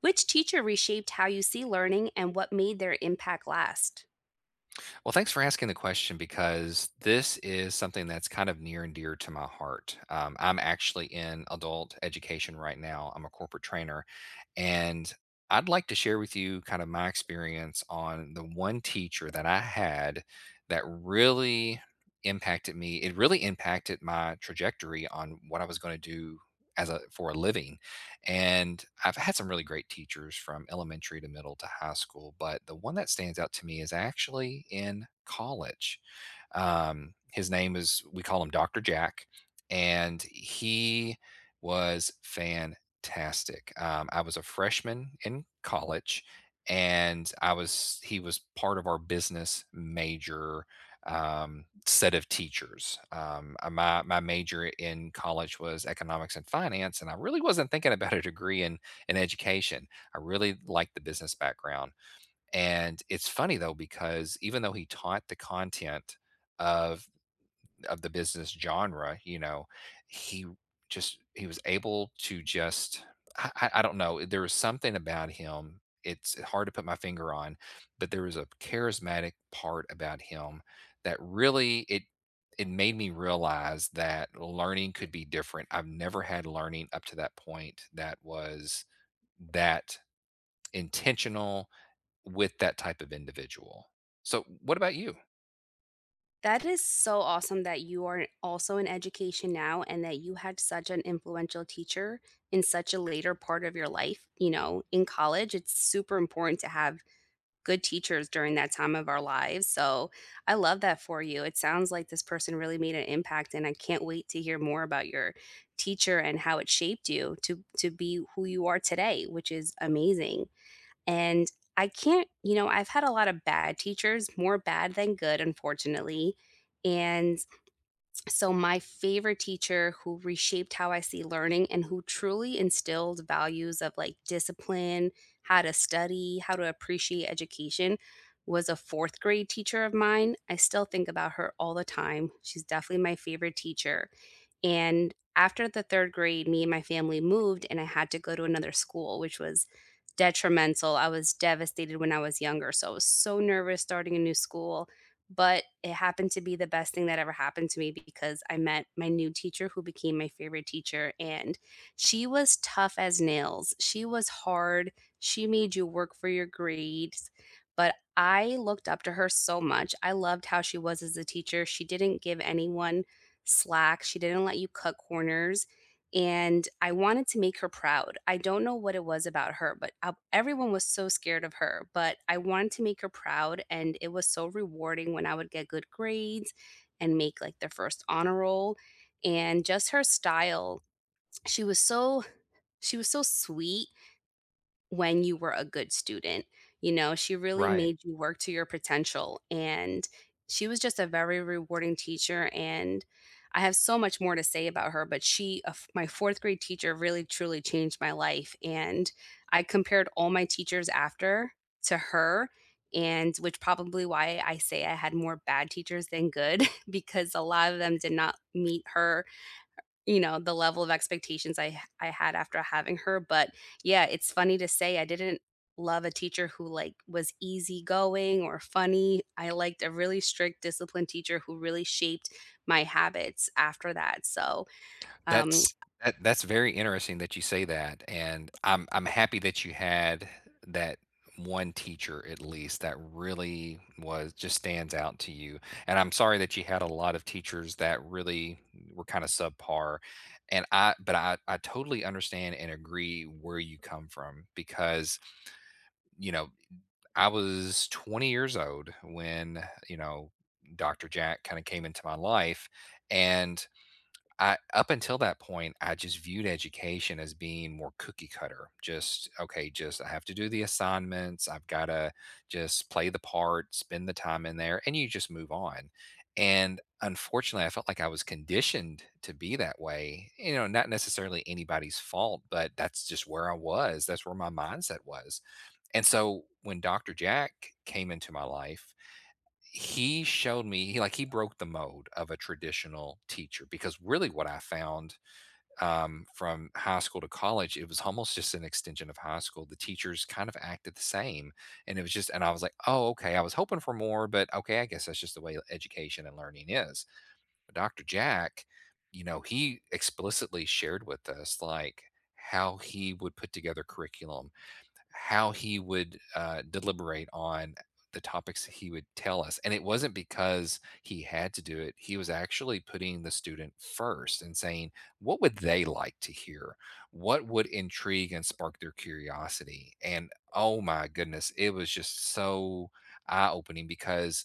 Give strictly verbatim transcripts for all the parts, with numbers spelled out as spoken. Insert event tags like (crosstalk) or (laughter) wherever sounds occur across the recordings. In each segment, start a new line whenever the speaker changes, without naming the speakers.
Which teacher reshaped how you see learning and what made their impact last?
Well, thanks for asking the question because this is something that's kind of near and dear to my heart. Um, I'm actually in adult education right now. I'm a corporate trainer, and I'd like to share with you kind of my experience on the one teacher that I had that really impacted me. It really impacted my trajectory on what I was going to do as a for a living. And I've had some really great teachers from elementary to middle to high school, but the one that stands out to me is actually in college. Um, his name is, we call him Doctor Jack, and he was fantastic. Um, I was a freshman in college, and I was he was part of our business major, um, set of teachers. Um, uh, my my major in college was economics and finance, and I really wasn't thinking about a degree in in education. I really liked the business background, and it's funny though, because even though he taught the content of of the business genre, you know, he just he was able to just I, I I don't know. There was something about him. It's hard to put my finger on, but there was a charismatic part about him that really it it made me realize that learning could be different. I've never had learning up to that point that was that intentional with that type of individual. So what about you?
That is so awesome that you are also in education now and that you had such an influential teacher in such a later part of your life. You know, in college, it's super important to have good teachers during that time of our lives. So I love that for you. It sounds like this person really made an impact, and I can't wait to hear more about your teacher and how it shaped you to to be who you are today, which is amazing. And I can't, you know, I've had a lot of bad teachers, more bad than good, unfortunately. And so, my favorite teacher who reshaped how I see learning and who truly instilled values of like discipline, how to study, how to appreciate education was a fourth grade teacher of mine. I still think about her all the time. She's definitely my favorite teacher. And after the third grade, me and my family moved, and I had to go to another school, which was detrimental. I was devastated when I was younger. So I was so nervous starting a new school. But it happened to be the best thing that ever happened to me because I met my new teacher who became my favorite teacher. And she was tough as nails. She was hard. She made you work for your grades. But I looked up to her so much. I loved how she was as a teacher. She didn't give anyone slack. She didn't let you cut corners, and I wanted to make her proud. I don't know what it was about her, but uh, everyone was so scared of her, but I wanted to make her proud, and it was so rewarding when I would get good grades and make, like, the first honor roll, and just her style, she was so she was so sweet when you were a good student. You know, she really
Right.
made you work to your potential, and she was just a very rewarding teacher, and I have so much more to say about her, but she uh, my fourth grade teacher really truly changed my life, and I compared all my teachers after to her, and which probably why I say I had more bad teachers than good (laughs) because a lot of them did not meet her, you know, the level of expectations I I had after having her, but yeah, it's funny to say I didn't love a teacher who, like, was easygoing or funny. I liked a really strict, disciplined teacher who really shaped my habits after that, so, um
That's that, that's very interesting that you say that, and I'm I'm happy that you had that one teacher at least that really was just stands out to you. And I'm sorry that you had a lot of teachers that really were kind of subpar. And I but I I totally understand and agree where you come from because you know I was twenty years old when, you know, Doctor Jack kind of came into my life. And I, up until that point, I just viewed education as being more cookie cutter. Just, okay, just I have to do the assignments. I've got to just play the part, spend the time in there, and you just move on. And unfortunately, I felt like I was conditioned to be that way. You know, not necessarily anybody's fault, but that's just where I was. That's where my mindset was. And so when Doctor Jack came into my life, he showed me he like he broke the mold of a traditional teacher, because really what I found, um, from high school to college, it was almost just an extension of high school. The teachers kind of acted the same, and it was just and I was like, oh, okay, I was hoping for more, but okay, I guess that's just the way education and learning is. But Doctor Jack, you know, he explicitly shared with us, like, how he would put together curriculum, how he would uh, deliberate on the topics he would tell us. And it wasn't because he had to do it. He was actually putting the student first and saying, what would they like to hear? What would intrigue and spark their curiosity? And oh my goodness, it was just so eye opening because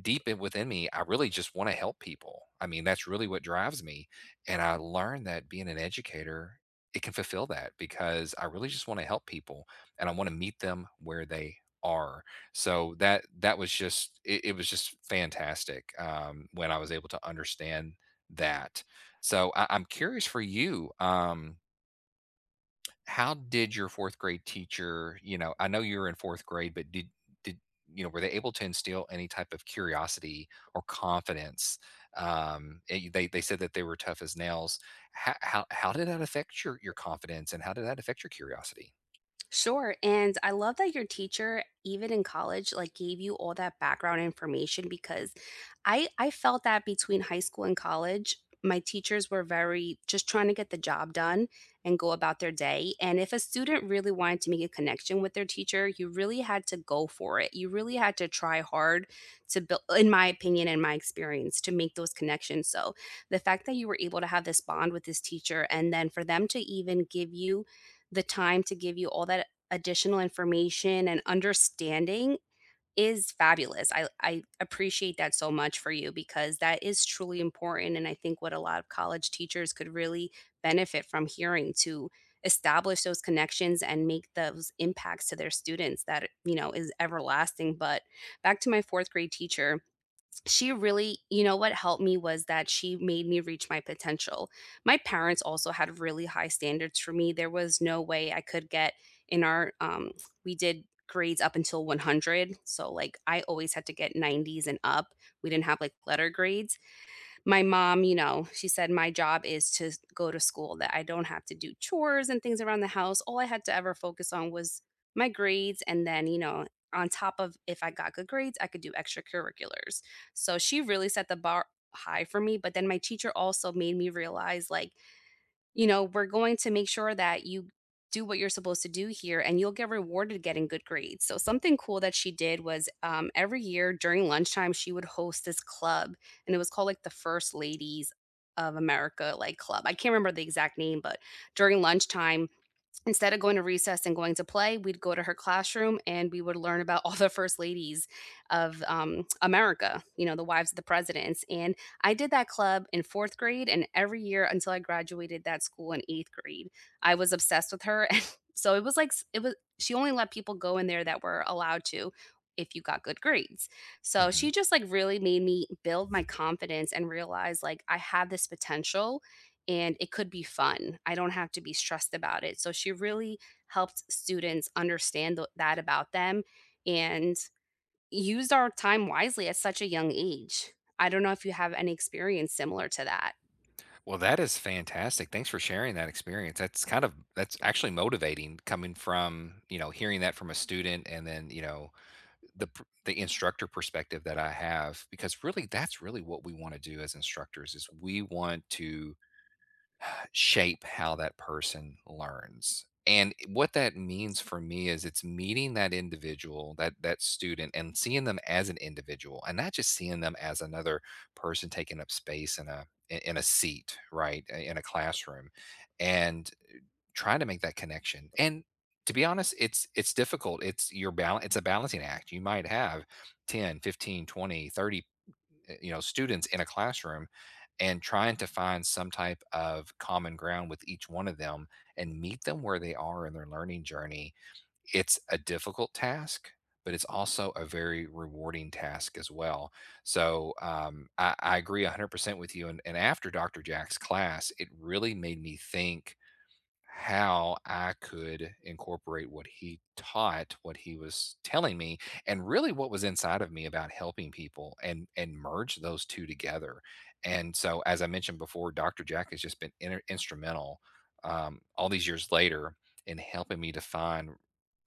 deep in within me, I really just want to help people. I mean, that's really what drives me. And I learned that being an educator, it can fulfill that, because I really just want to help people, and I want to meet them where they are. So that that was just it, it was just fantastic um, when I was able to understand that. So I, I'm curious for you. Um, how did your fourth grade teacher, you know I know you were in fourth grade, but did did you know were they able to instill any type of curiosity or confidence? Um eh, they they said that they were tough as nails. How how, how did that affect your your confidence, and how did that affect your curiosity?
sure. And I love that your teacher, even in college, like gave you all that background information because I I felt that between high school and college, my teachers were very just trying to get the job done and go about their day. And if a student really wanted to make a connection with their teacher, you really had to go for it. You really had to try hard to build, in my opinion and my experience, to make those connections. So the fact that you were able to have this bond with this teacher and then for them to even give you the time to give you all that additional information and understanding is fabulous. I I appreciate that so much for you because that is truly important and I think what a lot of college teachers could really benefit from hearing to establish those connections and make those impacts to their students that, you know, is everlasting. But back to my fourth grade teacher, she really, you know, what helped me was that she made me reach my potential. My parents also had really high standards for me. There was no way I could get in our um we did grades up until one hundred, so like I always had to get nineties and up. We didn't have like letter grades. My mom, you know, she said, "My job is to go to school, that I don't have to do chores and things around the house. All I had to ever focus on was my grades. And then, you know, on top of if I got good grades, I could do extracurriculars." So she really set the bar high for me. But then my teacher also made me realize, like, you know, we're going to make sure that you do what you're supposed to do here and you'll get rewarded getting good grades. So, something cool that she did was, um, every year during lunchtime, she would host this club and it was called like the First Ladies of America, like, club. I can't remember the exact name, but during lunchtime, instead of going to recess and going to play, we'd go to her classroom and we would learn about (laughs) all the first ladies of um, America, you know, the wives of the presidents. And I did that club in fourth grade and every year until I graduated that school in eighth grade. I was obsessed with her. (laughs) And so it was like, s- it was, she only let people go in there that were allowed to if you got good grades. So
Hmm.
she just like really made me build my confidence and realize like I have this potential and it could be fun. I don't have to be stressed about it. So she really helped students understand th- that about them and used our time wisely at such a young age. I don't know if you have any experience similar to that.
Well, that is fantastic. Thanks for sharing that experience. That's kind of That's actually motivating, coming from, you know hearing that from a student, and then, you know the pr- the instructor perspective that I have, because really that's really what we want to do as instructors, is we want to shape how that person learns. And what that means for me is it's meeting that individual, that that student, and seeing them as an individual, and not just seeing them as another person taking up space in a in in a seat, right, in a classroom, and uh, trying to make that connection. And to be honest, it's it's difficult. It's your balance. It's a balancing act. You might have ten, fifteen, twenty, thirty eh, you know, students in a classroom, and trying to find some type of common ground with each one of them and meet them where they are in their learning journey. It's a difficult task, but it's also a very rewarding task as well. So um, I, I agree one hundred percent with you. And, and after Doctor Jack's class, it really made me think how I could incorporate what he taught, what he was telling me, and really what was inside of me about helping people, and and merge those two together. And so, as I mentioned before, Doctor Jack has just been inter- instrumental, um, all these years later, in helping me define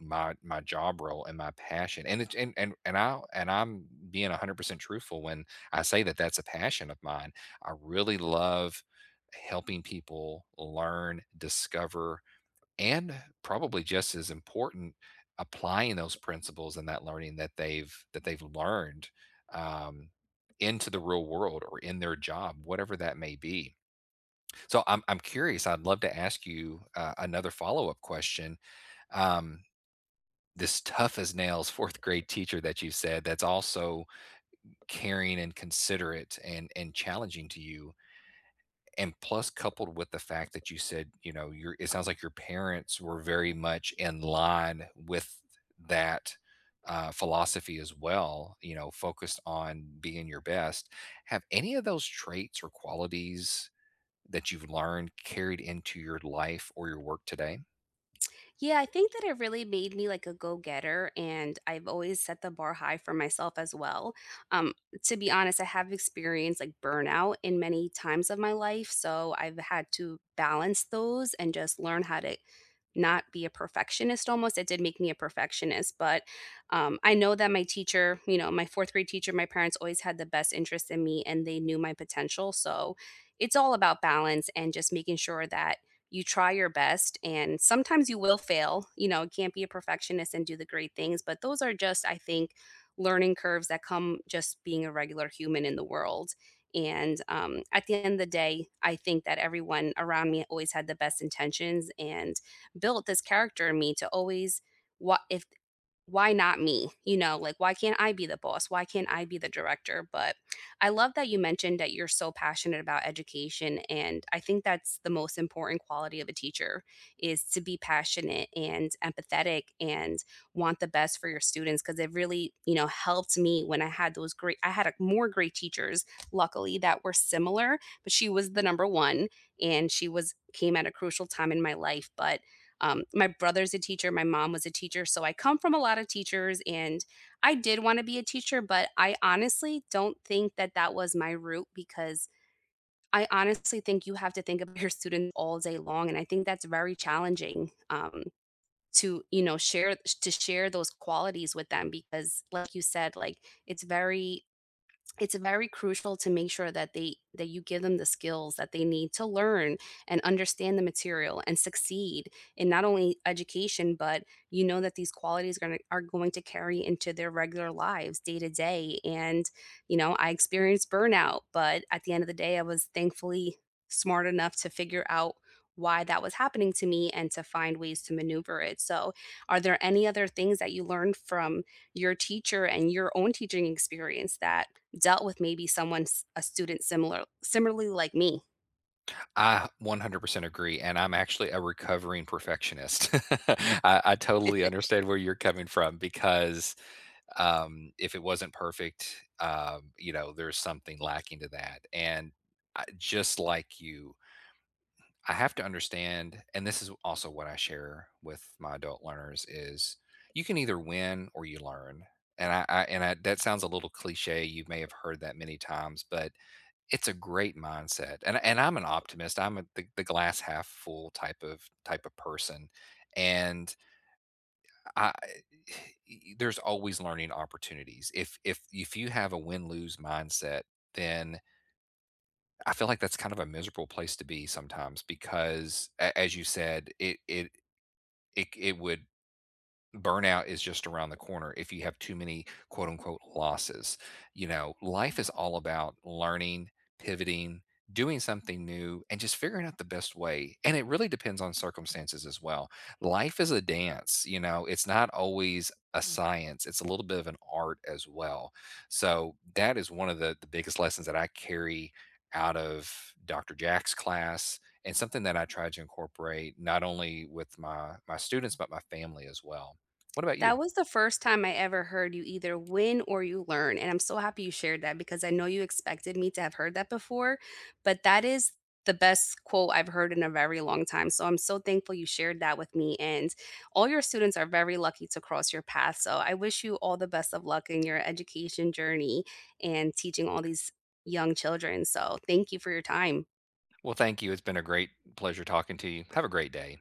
my my job role and my passion. And it's and and and I and I'm being one hundred percent truthful when I say that that's a passion of mine. I really love helping people learn, discover, and probably just as important, applying those principles and that learning that they've that they've learned, um, into the real world or in their job, whatever that may be. So I'm I'm curious. I'd love to ask you uh, another follow up question. Um, this tough as nails (laughs) fourth grade teacher that you said that's also caring and considerate and and challenging to you, and plus coupled with the fact that you said, you know your it sounds like your parents were very much in line with that uh, philosophy as well, you know focused on being your best, have any of those traits or qualities that you've learned carried into your life or your work today?
Yeah, I think that it really made me like a go-getter, and I've always set the bar high for myself as well. Um, to be honest, I have experienced like burnout in many times of my life, so I've had to balance those and just learn how to not be a perfectionist. Almost it did make me a perfectionist, but um, I know that my teacher, you know, my fourth grade teacher, my parents always had the best interest in me and they knew my potential, so it's all about balance and just making sure that you try your best and sometimes you will fail, you know, can't be a perfectionist and do the great things, but those are just, I think, learning curves that come just being a regular human in the world. And um, at the end of the day, I think that everyone around me always had the best intentions and built this character in me to always, what if, why not me? You know, like, why can't I be the boss? Why can't I be the director? But I love that you mentioned that you're so passionate about education. And I think that's the most important quality of a teacher is to be passionate and empathetic and want the best for your students. Cause it really, you know, helped me when I had those great, I had a, more great teachers, luckily, that were similar, but she was the number one and she was came at a crucial time in my life. But um, my brother's a teacher, my mom was a teacher, so I come from a lot of teachers and I did want to be a teacher, but I honestly don't think that that was my route because I honestly think you have to think of (laughs) your students all day long and I think that's very challenging, um to, you know, share, to share those qualities with them because like you said, like, it's very it's very crucial to make sure that they that you give them the skills that they need to learn and understand the material and succeed in not only education but, you know, that these qualities gonna, are going to carry into their regular lives day to day. And you know, I experienced burnout, but at the end of the day, I was thankfully smart enough to figure out why that was happening to me and to find ways to maneuver it. So are there any other things that you learned from your teacher and your own teaching experience that dealt with maybe someone s a student similar similarly like me.
I one hundred percent agree, and I'm actually a recovering perfectionist. (laughs) I, I totally
(laughs)
understand where you're coming from because... Um, if it wasn't perfect, um, you know, there's something lacking to that. And I, just like you, I have to understand, and this is also what I share with my adult learners is you can either win or you learn. And I, I and I, that sounds a little cliche. You may have heard that many times, but it's a great mindset. And and I'm an optimist. I'm a, the, the glass half full type of type of person. And I e, there's always learning opportunities. If if if you have a win-lose mindset, then I feel like that's kind of a miserable place to be sometimes because, a- as you said, it it it it would burnout is just around the corner if you have too many quote unquote losses. You know, life is all about learning, pivoting, doing something new, and just figuring out the best way. And it really depends on circumstances as well. Life is a dance, you know, it's not always a science, it's a little bit of an art as well. So that is one of the, the biggest lessons that I carry out of Doctor Jack's class, and something that I try to incorporate not only with my my students but my family as well. What about
That
you?
was the first time I ever heard "You either win or you learn," and I'm so happy you shared that because I know you expected me to have heard that before, but that is the best quote I've heard in a very long time, so I'm so thankful you shared that with me, and all your students are very lucky to cross your path, so I wish you all the best of luck in your education journey and teaching all these young children, so thank you for your time.
Well, thank you. It's been a great pleasure talking to you. Have a great day.